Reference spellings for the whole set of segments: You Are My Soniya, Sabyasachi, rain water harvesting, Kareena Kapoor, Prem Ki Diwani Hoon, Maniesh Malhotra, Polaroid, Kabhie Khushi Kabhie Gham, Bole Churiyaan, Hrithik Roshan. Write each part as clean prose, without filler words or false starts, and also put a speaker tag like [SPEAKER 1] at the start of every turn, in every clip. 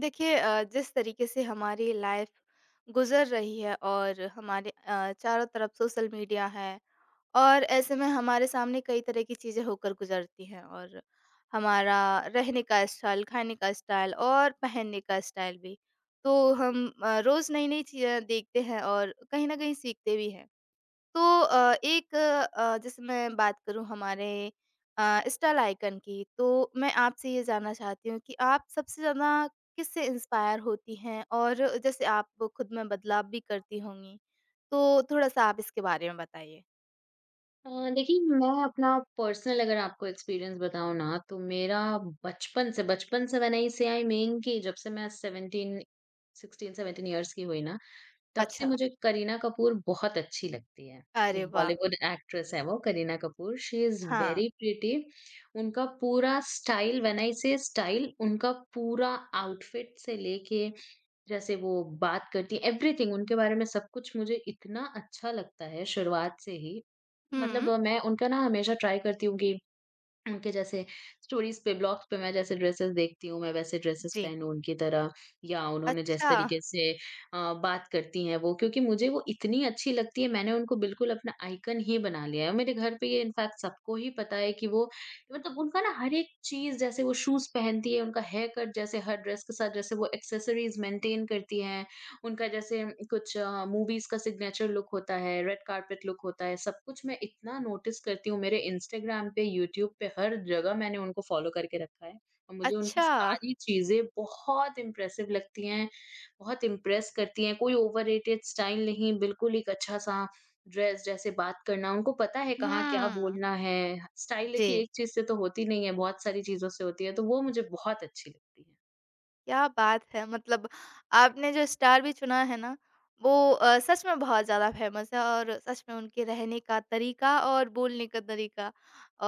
[SPEAKER 1] देखिए जिस तरीके से हमारी लाइफ गुजर रही है और हमारे चारों तरफ सोशल मीडिया है और ऐसे में हमारे सामने कई तरह की चीज़ें होकर गुजरती हैं और हमारा रहने का स्टाइल, खाने का स्टाइल और पहनने का स्टाइल भी। तो हम रोज़ नई-नई चीज़ें देखते हैं और कहीं न कहीं सीखते भी हैं। तो एक जैसे मैं बात करूँ हमारे स्टाइल आइकन की, तो मैं आपसे ये जानना चाहती हूँ कि आप सबसे ज़्यादा किससे इंस्पायर होती हैं? और जैसे आप वो खुद में बदलाव भी करती होंगी, तो थोड़ा-सा आप इसके बारे में बताइए?
[SPEAKER 2] देखिए मैं अपना पर्सनल अगर आपको एक्सपीरियंस बताऊँ ना तो मेरा बचपन से मैंने इसे आई मीन कि जब से मैं 17 इयर्स की हुई ना तब से
[SPEAKER 1] अच्छा।
[SPEAKER 2] मुझे करीना कपूर बहुत अच्छी लगती है।
[SPEAKER 1] अरे
[SPEAKER 2] एक
[SPEAKER 1] वाह!
[SPEAKER 2] बॉलीवुड एक्ट्रेस है वो करीना कपूर, शी इज
[SPEAKER 1] हाँ।
[SPEAKER 2] Very pretty. उनका पूरा स्टाइल, व्हेन आई से स्टाइल, उनका पूरा आउटफिट से लेके जैसे वो बात करती, एवरीथिंग उनके बारे में सब कुछ मुझे इतना अच्छा लगता है शुरुआत से ही।
[SPEAKER 1] हुँ।
[SPEAKER 2] मतलब मैं उनका ना हमेशा ट्राई करती हूँ कि उनके जैसे स्टोरीज़ पे, ब्लॉग्स पे मैं जैसे ड्रेसेस देखती हूँ, मैं वैसे ड्रेसेस
[SPEAKER 1] जी।
[SPEAKER 2] पहनूँ उनकी तरह, या उन्होंने जिस
[SPEAKER 1] अच्छा,
[SPEAKER 2] तरीके से बात करती हैं वो, क्योंकि मुझे वो इतनी अच्छी लगती है, मैंने उनको बिल्कुल अपना आइकन ही बना लिया है। मेरे घर पे ये इनफैक्ट सबको ही पता है कि वो मतलब उनका ना हर एक चीज़, जैसे वो शूज़ पहनती है, उनका हेयर कट, जैसे हर ड्रेस के साथ जैसे वो एक्सेसरीज़ मेंटेन करती हैं, उनका जैसे कुछ मूवीज़ का सिग्नेचर लुक होता है, रेड कार्पेट लुक होता है, सब कुछ मैं इतना नोटिस करती हूँ। मेरे इंस्टाग्राम पे, यूट्यूब पे हर जगह मैंने उनको फ़ॉलो करके रखा है और मुझे उनकी
[SPEAKER 1] अच्छा।
[SPEAKER 2] सारी चीज़ें बहुत इम्प्रेसिव लगती हैं, बहुत इम्प्रेस करती हैं। कोई ओवररेटेड स्टाइल नहीं, बिल्कुल एक अच्छा-सा ड्रेस, जैसे बात करना, उनको पता है कहाँ क्या
[SPEAKER 1] हुँ।
[SPEAKER 2] बोलना है। स्टाइल देखिए
[SPEAKER 1] जी।
[SPEAKER 2] एक चीज़ से तो होती नहीं है, बहुत सारी चीज़ों से होती है, तो वो मुझे बहुत अच्छी लगती है।
[SPEAKER 1] क्या बात है! मतलब आपने जो स्टार भी चुना है ना, वो सच में बहुत ज़्यादा फ़ेमस है और सच में उनके रहने का तरीका और बोलने का तरीका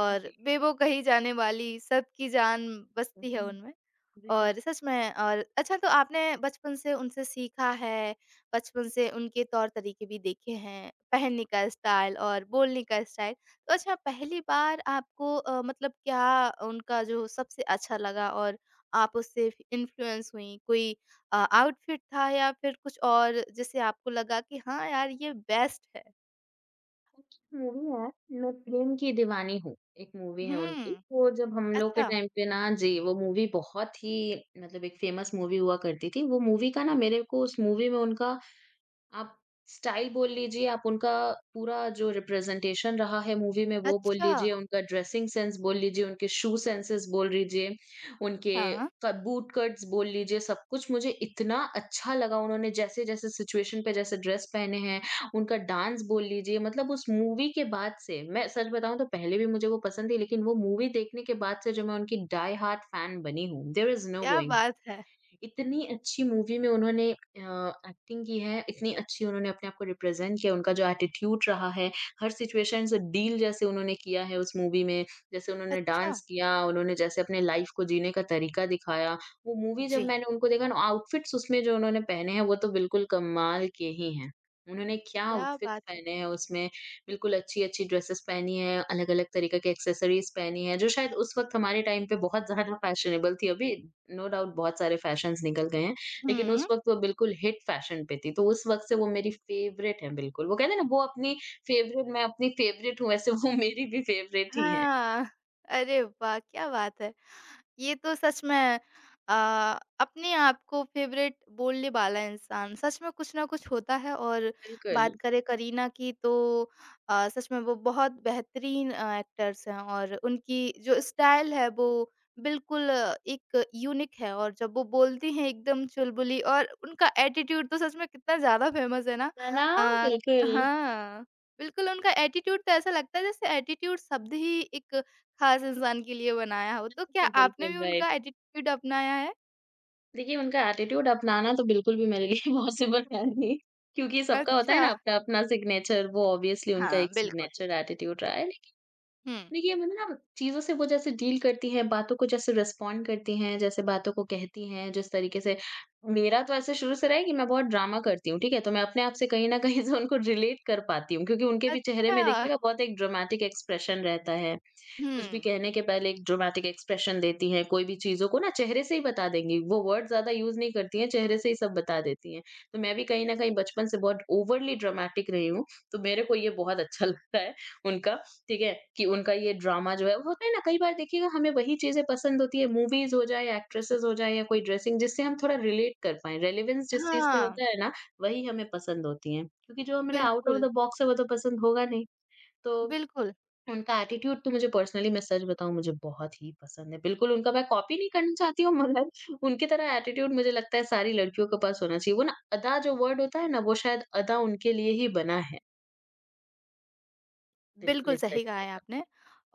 [SPEAKER 1] और
[SPEAKER 2] जी।
[SPEAKER 1] बेवो कही जाने वाली सबकी जान
[SPEAKER 2] हुँ,
[SPEAKER 1] बसती है
[SPEAKER 2] हुँ।
[SPEAKER 1] उनमें।
[SPEAKER 2] जी।
[SPEAKER 1] और सच में और अच्छा तो आपने बचपन से उनसे सीखा है, बचपन से उनके तौर-तरीके भी देखे हैं, पहनने का स्टाइल और बोलने का स्टाइल। तो अच्छा पहली बार आपको मतलब क्या उनका जो सबसे अच्छा लगा और आप उससे फ इन्फ्लुएंस हुईं? कोई आउटफिट था या फिर कुछ और जिससे आपको लगा कि हाँ यार ये बेस्ट है?
[SPEAKER 2] मूवी है, मैं प्रेम की दीवानी हूँ, एक मूवी है उनकी,
[SPEAKER 1] हुँ।
[SPEAKER 2] वो जब हम लोग के
[SPEAKER 1] अच्छा,
[SPEAKER 2] टाइम पे ना जी, वो मूवी बहुत ही मतलब एक फ़ेमस मूवी हुआ करती थी, वो मूवी का ना मेरे को उस मूवी में उनका आप स्टाइल बोल लीजिए, आप उनका पूरा जो रिप्रेज़ेंटेशन रहा है मूवी में वो बोल
[SPEAKER 1] अच्छा।
[SPEAKER 2] लीजिए, उनका ड्रेसिंग सेंस बोल लीजिए, उनके शू सेंसेस बोल लीजिए, उनके
[SPEAKER 1] हाँ।
[SPEAKER 2] क बूट कट्स बोल लीजिए, सब कुछ मुझे इतना अच्छा लगा। उन्होंने जैसे-जैसे सिचुएशन पे जैसे ड्रेस पहने हैं, उनका डांस बोल लीजिए, मतलब उस मूवी के बाद से मैं सच बताऊँ तो पहले भी मुझे वो पसंद थी, लेकिन वो मूवी देखने के बाद से जो मैं उनकी डाई हार्ड फैन बनी हूँ, देयर इज़ नो
[SPEAKER 1] क्या
[SPEAKER 2] गोइंग।
[SPEAKER 1] बात है!
[SPEAKER 2] इतनी अच्छी मूवी में उन्होंने एक्टिंग की है, इतनी अच्छी उन्होंने अपने आप को रिप्रेज़ेंट किया, उनका जो एटीट्यूड रहा है, हर सिचुएशन से डील जैसे उन्होंने किया है उस मूवी में, जैसे उन्होंने
[SPEAKER 1] अच्छा।
[SPEAKER 2] डांस किया, उन्होंने जैसे अपने लाइफ़ को जीने का तरीका दिखाया। वो मूवी जब
[SPEAKER 1] जी।
[SPEAKER 2] मैंने उनको देखा ना, आउटफिट्स उसमें जो उन्होंने पहने हैं, वो तो बिल्कुल कमाल के ही हैं। उन्होंने क्या
[SPEAKER 1] क्या
[SPEAKER 2] आउटफिट्स
[SPEAKER 1] बात है!
[SPEAKER 2] पहने हैं उसमें, बिल्कुल अच्छी-अच्छी ड्रेसेस पहनी हैं, अलग-अलग तरीके के एक्सेसरीज़ पहनी हैं, जो शायद उस वक़्त हमारे टाइम पे बहुत ज़्यादा फैशनेबल थी। अभी नो डाउट बहुत सारे फैशन्स निकल गए हैं, लेकिन उस
[SPEAKER 1] हुँ।
[SPEAKER 2] वक़्त वो बिल्कुल हिट फैशन पे थी। तो उस वक़्त से वो मेरी फेवरेट हैं बिल्कुल। वो कहते हैं ना वो अपनी फेवरेट, मैं अपनी फेवरेट हूँ, वैसे वो मेरी भी फेवरेट ही हैं।
[SPEAKER 1] हाँ, अरे वाह! क्या बात है। ये तो सच में अ, अपने आप को फेवरेट बोलने वाला इंसान सच में कुछ ना कुछ होता है और
[SPEAKER 2] बिल्कुल।
[SPEAKER 1] बात करें करीना की तो सच में वो बहुत बेहतरीन एक्टर्स हैं और उनकी जो स्टाइल है वो बिल्कुल एक यूनिक है और जब वो बोलती हैं एकदम चुलबुली और उनका एटीट्यूड तो सच में कितना ज़्यादा फेमस है ना?
[SPEAKER 2] है ना?
[SPEAKER 1] अ,
[SPEAKER 2] बिल्कुल।
[SPEAKER 1] हाँ, बिल्कुल उनका एटीट्यूड तो ऐसा लगता है जैसे एटीट्यूड शब्द ही एक खास इंसान के लिए बनाया हो, तो क्या आपने भी
[SPEAKER 2] बिल्कुल,
[SPEAKER 1] उनका
[SPEAKER 2] राइट।
[SPEAKER 1] एटीट्यूड अपनाया है?
[SPEAKER 2] देखिए, उनका एटीट्यूड अपनाना तो बिल्कुल भी मेरे लिए पॉसिबल है नहीं, क्योंकि सबका होता है
[SPEAKER 1] अच्छा।
[SPEAKER 2] ना अपना-अपना सिग्नेचर, वो ऑब्वियसली उनका
[SPEAKER 1] हाँ,
[SPEAKER 2] एक
[SPEAKER 1] बिल्कुल।
[SPEAKER 2] सिग्नेचर एटीट्यूड रहा है।
[SPEAKER 1] हुँ।
[SPEAKER 2] लेकिन देखिए, मतलब ना चीज़ों से वो जैसे डील करती हैं, बातों को जैसे रिस्पॉन्ड करती हैं, जैसे बातों को कहती हैं, जिस तरीके से, मेरा तो ऐसे शुरू से रहा है कि मैं बहुत ड्रामा करती हूँ, ठीक है? तो मैं अपने आप से कहीं न कहीं से उनको रिलेट कर पाती हूँ, क्योंकि उनके भी चेहरे
[SPEAKER 1] अच्छा।
[SPEAKER 2] में देखिएगा बहुत एक ड्रामेटिक एक्सप्रेशन रहता है। कुछ भी
[SPEAKER 1] हुँ।
[SPEAKER 2] कहने के पहले एक ड्रामेटिक एक्सप्रेशन देती हैं, कोई भी चीज़ों को ना चेहरे से ही बता देंगी। वो वर्ड ज़्यादा यूज़ नहीं करती हैं, चेहरे से ही सब बता देती हैं। तो मैं भी कहीं न कहीं बचपन से बहुत ओवरली ड्रामेटिक रही हूँ, तो मेरे को ये बहुत अच्छा लगता है उनका, ठीक है? कि उनका ये ड्रामा जो है वो होता है ना, कई बार देखिएगा हमें वही चीज़ें पसंद होती है, मूवीज़ हो जाए, एक्ट्रेसेज़ हो जाए या कोई ड्रेसिंग जिससे हम थोड़ा रिलेट कर पाएँ। रेलेवेंस जिस चीज़ से
[SPEAKER 1] हाँ,
[SPEAKER 2] होता है ना, वही हमें पसंद होती हैं। क्योंकि जो हमारा आउट ऑफ
[SPEAKER 1] बिल्कुल,
[SPEAKER 2] द बॉक्स है वो तो पसंद होगा नहीं। तो
[SPEAKER 1] बिल्कुल।
[SPEAKER 2] उनका एटीट्यूड तो मुझे पर्सनली, मैं सच बताऊँ, मुझे बहुत ही पसंद है। बिल्कुल उनका मैं कॉपी नहीं करना चाहती हूँ, मगर उनकी तरह एटीट्यूड मुझे लगता है सारी लड़कियों के पास होना चाहिए। वो ना अदा जो वर्ड होता है ना, वो शायद अदा उनके लिए ही बना है। बिल्कुल
[SPEAKER 1] बिल्कुल
[SPEAKER 2] इस
[SPEAKER 1] सही कहा
[SPEAKER 2] तरीके
[SPEAKER 1] है
[SPEAKER 2] का।
[SPEAKER 1] आपने।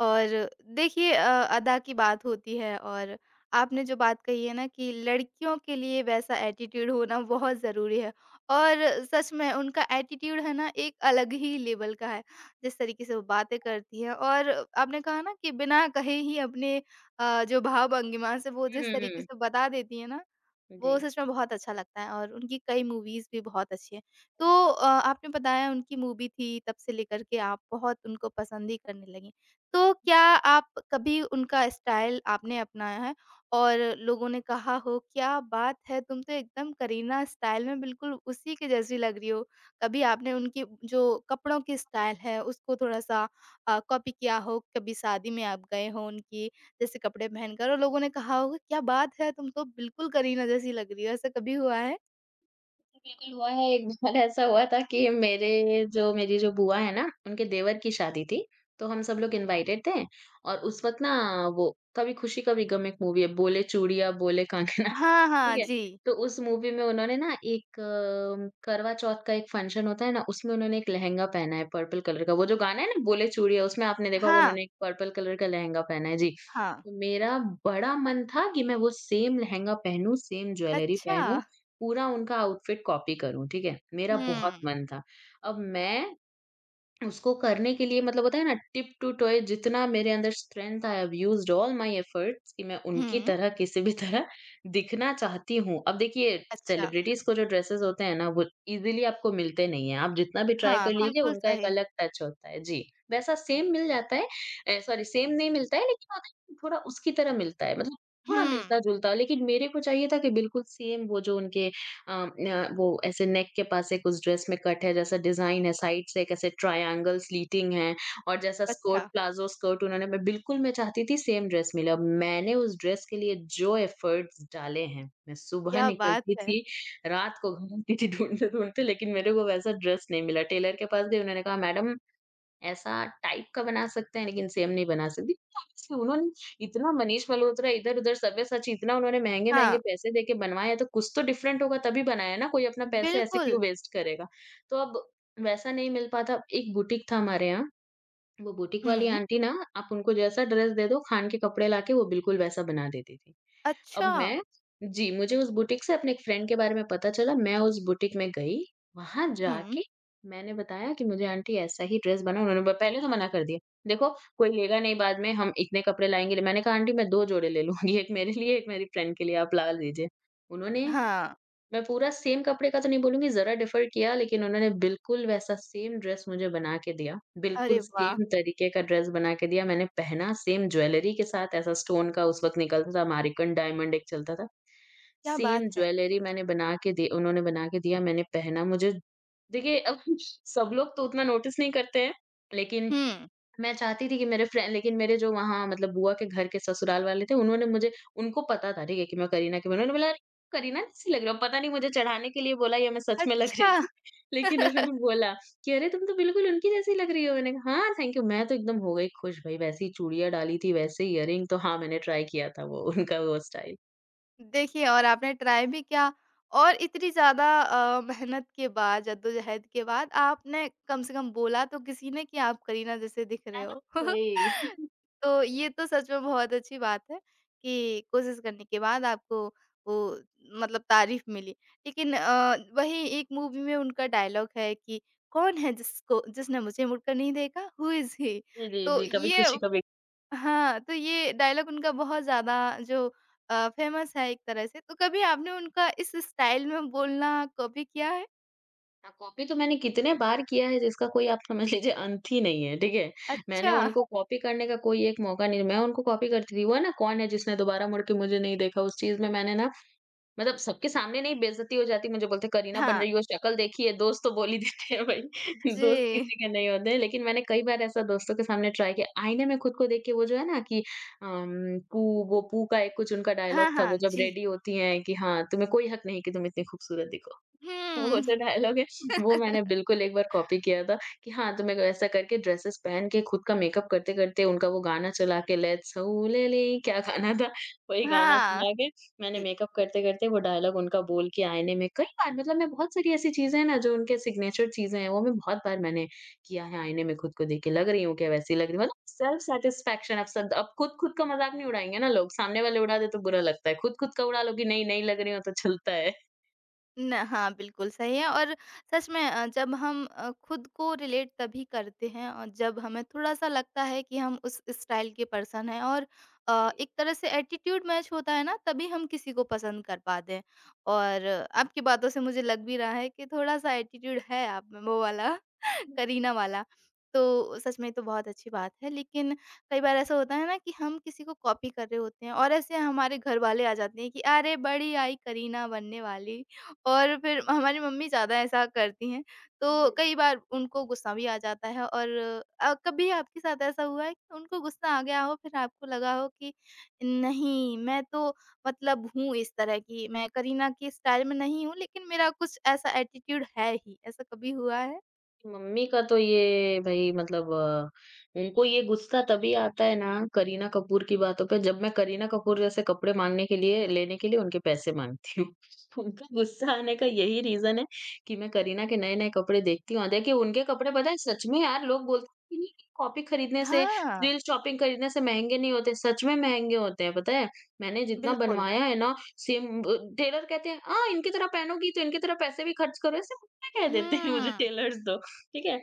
[SPEAKER 1] और देखिए अदा की बात होती है और आपने जो बात कही है ना कि लड़कियों के लिए वैसा एटीट्यूड होना बहुत ज़रूरी है और सच में उनका एटीट्यूड है ना एक अलग ही लेवल का है। जिस तरीके से वो बातें करती हैं और आपने कहा ना कि बिना कहे ही अपने जो भाव-भंगिमा से वो
[SPEAKER 2] हुँ,
[SPEAKER 1] जिस
[SPEAKER 2] हुँ,
[SPEAKER 1] तरीके
[SPEAKER 2] हुँ।
[SPEAKER 1] से बता देती है ना वो
[SPEAKER 2] जी।
[SPEAKER 1] सच में बहुत अच्छा लगता है और उनकी कई मूवीज़ भी बहुत अच्छी हैं। तो आपने बताया उनकी मूवी थी, तब से लेकर के आप बहुत उनको पसंद ही करने लगीं। तो क्या आप कभी उनका स्टाइल आपने अपनाया है और लोगों ने कहा हो, "क्या बात है, तुम तो एकदम करीना स्टाइल में बिल्कुल उसी के जैसी लग रही हो।" कभी आपने उनकी जो कपड़ों की स्टाइल है, उसको थोड़ा-सा कॉपी किया हो? कभी शादी में आप गए हों उनकी जैसे कपड़े पहनकर और लोगों ने कहा होगा क्या बात है तुम तो बिल्कुल करीना जैसी लग रही हो, ऐसा कभी हुआ है?
[SPEAKER 2] बिल्कुल हुआ है, एक बार ऐसा हुआ था कि मेरे जो मेरी जो बुआ है ना, उनके देवर की शादी थी। तो हम सब लोग इनवाइटेड थे और उस वक़्त ना वो कभी खुशी कभी गम एक मूवी है, बोले चूड़ियाँ बोले कांगना,
[SPEAKER 1] हाँ,
[SPEAKER 2] ठीक
[SPEAKER 1] हाँ,
[SPEAKER 2] है,
[SPEAKER 1] जी।
[SPEAKER 2] तो उस मूवी में उन्होंने ना एक करवा चौथ का एक फंक्शन होता है ना, उसमें उन्होंने एक लहंगा पहना है पर्पल कलर का। वो जो गाना है ना बोले चूड़िया, उसमें आपने देखा होगा
[SPEAKER 1] हाँ,
[SPEAKER 2] उन्होंने एक पर्पल कलर का लहंगा पहना है। जी,
[SPEAKER 1] हाँ।
[SPEAKER 2] तो मेरा बड़ा मन था कि मैं वो सेम लहंगा पहनूँ, सेम ज्वेलरी
[SPEAKER 1] अच्छा।
[SPEAKER 2] पहनूँ, पूरा उनका आउटफिट कॉपी करूँ, ठीक है? मेरा बहुत
[SPEAKER 1] हुँ,
[SPEAKER 2] मन था। अब मैं उसको करने के लिए, मतलब होता है ना टिप टू टॉय, जितना मेरे अंदर strength, I have used all my efforts कि मैं उनकी
[SPEAKER 1] हुँ,
[SPEAKER 2] तरह किसी भी तरह दिखना चाहती हूँ। अब देखिए,
[SPEAKER 1] अच्छा।
[SPEAKER 2] सेलिब्रिटीज़ को जो ड्रेसेस होते हैं ना, वो इज़िली आपको मिलते नहीं हैं। आप जितना भी ट्राई
[SPEAKER 1] हाँ,
[SPEAKER 2] कर, हाँ, लीजिए,
[SPEAKER 1] बिल्कुल
[SPEAKER 2] उनका एक
[SPEAKER 1] सही।
[SPEAKER 2] अलग टच होता है। जी, वैसा सेम मिल जाता है, ए, सॉरी, सेम नहीं मिलता है, लेकिन होता है कि थोड़ा उसकी तरह मिलता है, मतलब थोड़ा
[SPEAKER 1] हुँ,
[SPEAKER 2] मिलता-जुलता, लेकिन मेरे को चाहिए था कि बिल्कुल सेम, वो जो उनके न वो ऐसे नेक के पास एक उस ड्रेस में कट है जैसा डिजाइन है, साइड से एक ऐसे ट्रायंगल स्लीटिंग है और जैसा स्कर्ट,
[SPEAKER 1] अच्छा,
[SPEAKER 2] प्लाज़ो स्कर्ट उन्होंने, मैं बिल्कुल, मैं चाहती थी सेम ड्रेस मिले। अब मैंने उस ड्रेस के लिए जो एफर्ट्स डाले हैं, मैं सुबह
[SPEAKER 1] क्या बात
[SPEAKER 2] निकलती
[SPEAKER 1] है!
[SPEAKER 2] थी, रात को घर आती थी ढूँढते-ढूँढते, लेकिन मेरे को वैसा ड्रेस नहीं मिला। टेलर के पास गई, उन्होंने कहा मैडम ऐसा टाइप का बना सकते हैं, लेकिन सेम नहीं बना सकते। ऑब्वियसली उन्होंने इतना मनीष मल्होत्रा, इधर-उधर सब्यसाची, इतना उन्होंने महँगे-महँगे
[SPEAKER 1] हाँ,
[SPEAKER 2] पैसे देके बनवाया है, तो कुछ तो डिफरेंट होगा तभी बनाया ना, कोई अपना पैसे ऐसे
[SPEAKER 1] बिल्कुल।
[SPEAKER 2] क्यों वेस्ट करेगा? तो अब वैसा नहीं मिल पाता। एक बुटीक था हमारे यहाँ, वो बुटीक वाली
[SPEAKER 1] हुँ,
[SPEAKER 2] आंटी ना, आप उनको जैसा ड्रेस दे दो, खान के कपड़े लाके वो बिल्कुल वैसा बना देती थी। अब
[SPEAKER 1] अच्छा।
[SPEAKER 2] मैं, जी, मुझे उस बुटीक से अपने एक फ्रेंड के बारे में पता चला, मैं उस बुटीक में गई, वहाँ
[SPEAKER 1] हुँ,
[SPEAKER 2] जाके मैंने बताया कि मुझे आंटी ऐसा ही ड्रेस बना, उन्होंने ब पहले तो मना कर दिया, देखो कोई लेगा नहीं, बाद में हम इतने कपड़े लाएँगे, मैंने कहा आंटी मैं 2 जोड़े ले लूँगी, एक मेरे लिए, एक मेरी फ्रेंड के लिए, आप ला लीजिए। उन्होंने,
[SPEAKER 1] हाँ,
[SPEAKER 2] मैं पूरा सेम कपड़े का तो नहीं बोलूँगी, ज़रा डिफ़र किया, लेकिन उन्होंने बिल्कुल वैसा सेम ड्रेस मुझे बना के दिया।
[SPEAKER 1] अरे
[SPEAKER 2] बिल्कुल
[SPEAKER 1] वाह!
[SPEAKER 2] सेम तरीके का ड्रेस बना के दिया, मैंने पहना सेम ज्वेलरी के साथ, ऐसा स्टोन का उस वक़्त निकलता था, अमेरिकन डायमंड एक चलता था।
[SPEAKER 1] क्या बात
[SPEAKER 2] सेम
[SPEAKER 1] है!
[SPEAKER 2] ज्वेलरी मैंने बना के दी, उन्होंने बना के दिया, मैंने पहना मुझे, देखिए अब सब लोग तो उतना नोटिस नहीं करते हैं, लेकिन
[SPEAKER 1] हुँ,
[SPEAKER 2] मैं चाहती थी कि मेरे फ्रेंड, लेकिन मेरे जो वहाँ मतलब बुआ के घर के ससुराल वाले थे, उन्होंने मुझे, उनको पता था ठीक है कि मैं करीना की बहन हूँ। उन्होंने बोला, "अरे! करीना जैसी लग रही हो।" पता नहीं मुझे चढ़ाने के लिए बोला या मैं सच में लग
[SPEAKER 1] अच्छा।
[SPEAKER 2] रही थी। लेकिन उन्होंने बोला कि, "अरे! तुम तो बिल्कुल उनकी जैसी लग रही हो।" मैंने कहा, "हाँ, थैंक यू।" मैं तो एकदम हो गई खुश, भई वैसी चूड़ियाँ डाली थी, वैसे ईयरिंग, तो हाँ, मैंने ट्राई किया था वो उनका वो स्टाइल।
[SPEAKER 1] देखिए और आपने ट्राई भी किया और इतनी ज़्यादा मेहनत के बाद, जद्दोजहद के बाद आपने कम से कम बोला तो किसी ने कि आप करीना जैसे दिख
[SPEAKER 2] है
[SPEAKER 1] रहे
[SPEAKER 2] ना?
[SPEAKER 1] हो।
[SPEAKER 2] वही।
[SPEAKER 1] तो ये तो सच में बहुत अच्छी बात है कि कोशिश करने के बाद आपको वो मतलब तारीफ़ मिली। लेकिन वही एक मूवी में उनका डायलॉग है कि कौन है जिसको जिसने मुझे मुड़कर नहीं देखा? हू इज़ ही?
[SPEAKER 2] जी, जी,
[SPEAKER 1] तो
[SPEAKER 2] जी। कभी
[SPEAKER 1] ये
[SPEAKER 2] खुशी, कभी,
[SPEAKER 1] हाँ, तो ये डायलॉग उनका बहुत ज़्यादा जो फेमस है एक तरह से। तो कभी आपने उनका इस स्टाइल में बोलना कॉपी किया है?
[SPEAKER 2] हाँ, कॉपी तो मैंने कितने बार किया है जिसका कोई आप समझ लीजिए अंत ही नहीं है, ठीक है? मैंने
[SPEAKER 1] अच्छा,
[SPEAKER 2] उनको कॉपी करने का कोई एक मौका नहीं, मैं उनको कॉपी करती थी, वो है ना कौन है जिसने दोबारा मुड़ के मुझे नहीं देखा, उस चीज़ में मैंने ना मतलब सबके सामने नहीं बेइज्जती हो जाती मुझे बोलते करीना बन
[SPEAKER 1] हाँ,
[SPEAKER 2] रही हो, शक्ल देखी है, दोस्त तो बोल ही देते हैं भाई। दोस्त
[SPEAKER 1] जी।
[SPEAKER 2] किसी के नहीं होते हैं, लेकिन मैंने कई बार ऐसा दोस्तों के सामने ट्राई किया, आईने में खुद को देख के वो जो है ना कि अम, पू वो पू का एक कुछ उनका
[SPEAKER 1] हाँ,
[SPEAKER 2] डायलॉग था,
[SPEAKER 1] हाँ,
[SPEAKER 2] वो जब
[SPEAKER 1] जी।
[SPEAKER 2] रेडी होती हैं कि हाँ, तुम्हें कोई हक नहीं कि तुम इतनी खूबसूरत दिखो। वो
[SPEAKER 1] हुँ,
[SPEAKER 2] जो डायलॉग है वो मैंने बिल्कुल एक बार कॉपी किया था कि हाँ, तो मैं ऐसा करके ड्रेसेस पहन के खुद का मेकअप करते-करते उनका वो गाना चला के लेट्स हुलले क्या गाना था, वही गाना
[SPEAKER 1] हाँ,
[SPEAKER 2] चला के मैंने
[SPEAKER 1] जी।
[SPEAKER 2] मेकअप करते-करते वो डायलॉग उनका बोल के आईने में कई बार मतलब मैं, बहुत सारी ऐसी चीज़ें हैं ना जो उनके सिग्नेचर चीज़ें हैं, वो मैं बहुत बार मैंने किया है आईने में खुद को देख के, लग रही हूँ क्या वैसी लग रही हूँ, मतलब सेल्फ सैटिस्फैक्शन। अब सब अब खुद-खुद का मज़ाक नहीं उड़ाएँगे ना लोग, सामने वाले उड़ा दे तो बुरा लगता है, खुद-खुद का उड़ा लो कि नहीं, नहीं लग रही हो तो चलता है।
[SPEAKER 1] न हाँ, बिल्कुल सही है और सच में जब हम खुद को रिलेट तभी करते हैं और जब हमें थोड़ा-सा लगता है कि हम उस स्टाइल के पर्सन हैं और एक तरह से एटीट्यूड मैच होता है ना, तभी हम किसी को पसंद कर पाते हैं। और आपकी बातों से मुझे लग भी रहा है कि थोड़ा-सा एटीट्यूड है आप में वो वाला करीना वाला। तो सच में ये तो बहुत अच्छी बात है, लेकिन कई बार ऐसा होता है ना कि हम किसी को कॉपी कर रहे होते हैं और ऐसे हमारे घरवाले आ जाते हैं कि अरे! बड़ी आई करीना बनने वाली। और फिर हमारी मम्मी ज़्यादा ऐसा करती हैं, तो
[SPEAKER 2] जी।
[SPEAKER 1] कई बार उनको गुस्सा भी आ जाता है और कभी आपके साथ ऐसा हुआ है कि उनको गुस्सा आ गया हो फिर आपको लगा हो कि नहीं मैं तो मतलब हूँ इस तरह की, मैं करीना की स्टाइल में नहीं हूँ लेकिन मेरा कुछ ऐसा एटीट्यूड है ही, ऐसा कभी हुआ है?
[SPEAKER 2] मम्मी का तो ये भई मतलब उनको ये गुस्सा तभी आता है ना करीना कपूर की बातों पे जब मैं करीना कपूर जैसे कपड़े माँगने के लिए लेने के लिए उनके पैसे माँगती हूँ। उनका गुस्सा आने का यही रीज़न है कि मैं करीना के नए-नए कपड़े देखती हूँ। और देखिए उनके कपड़े पता है सच में यार, लोग बोलते हैं कि नहीं कॉपी खरीदने से,
[SPEAKER 1] हाँ,
[SPEAKER 2] रील शॉपिंग खरीदने से महँगे नहीं होते, सच में महँगे होते हैं पता है। मैंने जितना
[SPEAKER 1] बिल्कुल।
[SPEAKER 2] बनवाया है ना सेम, टेलर कहते हैं, "हाँ, इनकी तरह पहनोगी तो इनकी तरह पैसे भी खर्च करो।" ऐसे मुझे कह देते हैं मुझे
[SPEAKER 1] हुँ।
[SPEAKER 2] टेलर्स तो। ठीक है?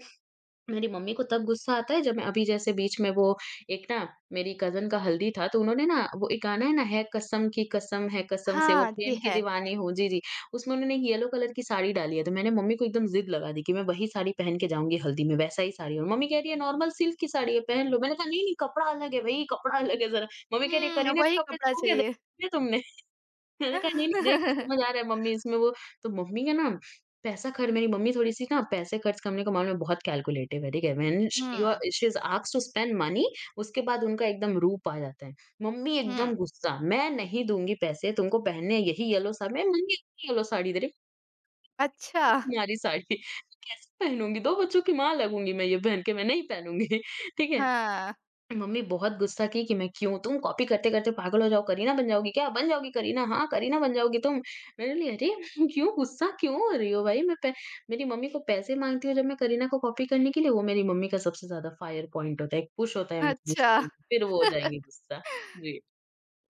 [SPEAKER 2] मेरी मम्मी को तब गुस्सा आता है जब मैं अभी जैसे बीच में वो एक ना मेरी कज़न का हल्दी था, तो उन्होंने ना वो एक गाना है ना, है कसम की कसम है कसम से, वो
[SPEAKER 1] हाँ, जी
[SPEAKER 2] प्रेम की
[SPEAKER 1] है।
[SPEAKER 2] दीवानी हूँ। जी, जी। उसमें उन्होंने एक येलो कलर की साड़ी डाली है, तो मैंने मम्मी को एकदम ज़िद लगा दी कि मैं वही साड़ी पहन के जाऊँगी हल्दी में, वैसा ही साड़ी। और मम्मी कह रही है नॉर्मल सिल्क की साड़ी है पहन लो। मैंने कहा नहीं, नहीं कपड़ा अलग है भई, कपड़ा अलग है ज़रा। मम्मी कह रही है
[SPEAKER 1] हुँ,
[SPEAKER 2] करीना के
[SPEAKER 1] वही
[SPEAKER 2] कपड़े
[SPEAKER 1] कपड़ा
[SPEAKER 2] छू के
[SPEAKER 1] चाहिए।
[SPEAKER 2] देखे तुमने? मैंने कहा नहीं-नहीं देख के समझ आ रहा है मम्मी इसमें वो। तो मम्मी का ना पैसा खर्च, मेरी मम्मी थोड़ी-सी ना पैसे खर्च करने के मामले में बहुत कैलकुलेटिव है, ठीक है? व्हेन श
[SPEAKER 1] हुँ,
[SPEAKER 2] you are she is asked to spend money, उसके बाद उनका एकदम रूप आ जाता है। मम्मी
[SPEAKER 1] हुँ।
[SPEAKER 2] एकदम गुस्सा, मैं नहीं दूँगी पैसे। तुमको पहनने हैं यही येलो साड़ी, मैं मम्मी इतनी येलो साड़ी दे रही
[SPEAKER 1] अच्छा।
[SPEAKER 2] तुम्हारी साड़ी कैसे पहनूँगी, 2 बच्चों की माँ लगूँगी मैं ये पहन के, मैं नहीं पहनूँगी। ठीक है?
[SPEAKER 1] हाँ,
[SPEAKER 2] मम्मी बहुत गुस्सा की कि मैं क्यों, तुम कॉपी करते-करते पागल हो जाओ, करीना बन जाओगी क्या? बन जाओगी करीना, हाँ, करीना बन जाओगी तुम। मैंने बोली अरे! क्यों गुस्सा क्यों हो रही हो भाई? मैं पै मेरी मम्मी को पैसे माँगती हूँ जब मैं करीना को कॉपी करने के लिए, वो मेरी मम्मी का सबसे ज़्यादा फायर पॉइंट होता है, एक पुश होता है उनके
[SPEAKER 1] अच्छा।
[SPEAKER 2] गुस्से में, फिर वो हो जाएँगे गुस्सा। जी।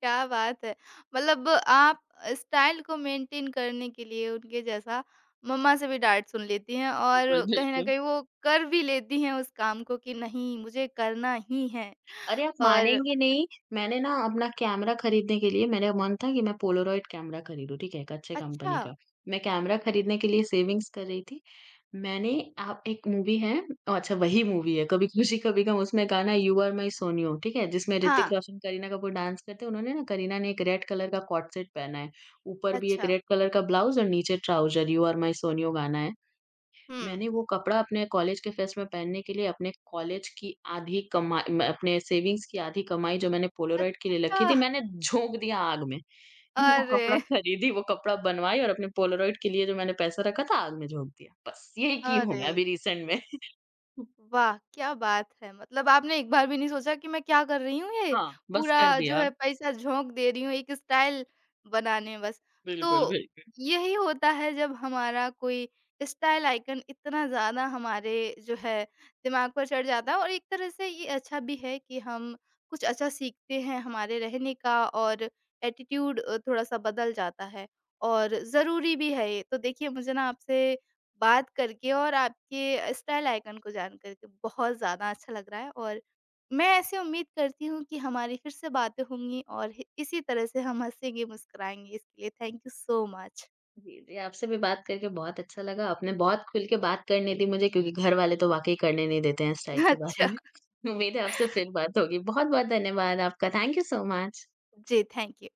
[SPEAKER 1] क्या बात है! मतलब आप स्टाइल को मेंटेन करने के लिए उनके जैसा मम्मा से भी डाँट सुन लेती हैं
[SPEAKER 2] बिल्कुल,
[SPEAKER 1] और कहीं न
[SPEAKER 2] बिल्कुल।
[SPEAKER 1] कहीं वो कर भी लेती हैं उस काम को कि नहीं मुझे करना ही है
[SPEAKER 2] अरे! आप
[SPEAKER 1] और
[SPEAKER 2] मानेंगे नहीं, मैंने ना अपना कैमरा खरीदने के लिए, मेरा मन था कि मैं पोलारॉइड कैमरा खरीदूँ, ठीक है, एक अच्छे
[SPEAKER 1] अच्छा
[SPEAKER 2] कंपनी का। मैं कैमरा खरीदने के लिए सेविंग्स कर रही थी, मैंने आप एक मूवी है, ओह, अच्छा वही मूवी है, कभी खुशी कभी गम, उसमें गाना "यू आर माई सोनियो" ठीक है? जिसमें
[SPEAKER 1] हाँ,
[SPEAKER 2] ऋतिक रोशन, करीना कपूर डांस करते हैं, उन्होंने ना करीना ने एक रेड कलर का कॉर्ड सेट पहना है, ऊपर भी एक
[SPEAKER 1] अच्छा,
[SPEAKER 2] रेड कलर का ब्लाउज़ और नीचे trouser. "You are my Soniyo" गाना है।
[SPEAKER 1] हुँ,
[SPEAKER 2] मैंने वो कपड़ा अपने कॉलेज के फेस्ट में पहनने के लिए अपने कॉलेज की आधी कमा म अपने सेविंग्स की आधी कमाई जो मैंने पोलारॉइड के लिए
[SPEAKER 1] अच्छा,
[SPEAKER 2] रखी थी, मैंने झोंक दिया आग में। मैं वो कपड़ा
[SPEAKER 1] अरे!
[SPEAKER 2] खरीदी, वो कपड़ा बनवाई और अपने पोलारॉइड के लिए जो मैंने पैसा रखा था, आग में झोंक दिया। बस यही की हूँ
[SPEAKER 1] अरे!
[SPEAKER 2] मैं अभी रिसेंट में।
[SPEAKER 1] वाह! क्या बात है! मतलब आपने एक बार भी नहीं सोचा कि मैं क्या कर रही हूँ ये?
[SPEAKER 2] हाँ, बस
[SPEAKER 1] पूरा
[SPEAKER 2] कर
[SPEAKER 1] जो
[SPEAKER 2] दिया।
[SPEAKER 1] है पैसा झोंक दे रही हूँ एक स्टाइल बनाने में बस। तो
[SPEAKER 2] बिल्कुल, बिल
[SPEAKER 1] यही होता है जब हमारा कोई स्टाइल आइकन इतना ज़्यादा हमारे जो है दिमाग पर चढ़ जाता है और एक तरह से ये अच्छा भी है कि हम कुछ अच्छा सीखते हैं, हमारे रहने का और एटीट्यूड थोड़ा-सा बदल जाता है और ज़रूरी भी है ये। तो देखिए मुझे ना आपसे बात करके और आपके स्टाइल आइकन को जान करके बहुत ज़्यादा अच्छा लग रहा है और मैं ऐसे उम्मीद करती हूँ कि हमारी फिर से बातें होंगी और इसी तरह से हम हँसेंगे मुस्कुराएंगे इसके लिए थैंक यू सो मच।
[SPEAKER 2] जी, जी, आपसे भी बात करके बहुत अच्छा लगा। आपने बहुत खुल के बात करने दी मुझे, क्योंकि घर वाले तो वाक़ई करने नहीं देते हैं स्टाइल के बारे
[SPEAKER 1] अच्छा
[SPEAKER 2] में। उम्मीद है आपसे फिर बात होगी। बहुत-बहुत धन्यवाद आपका। Thank you so much.
[SPEAKER 1] जी, थैंक यू।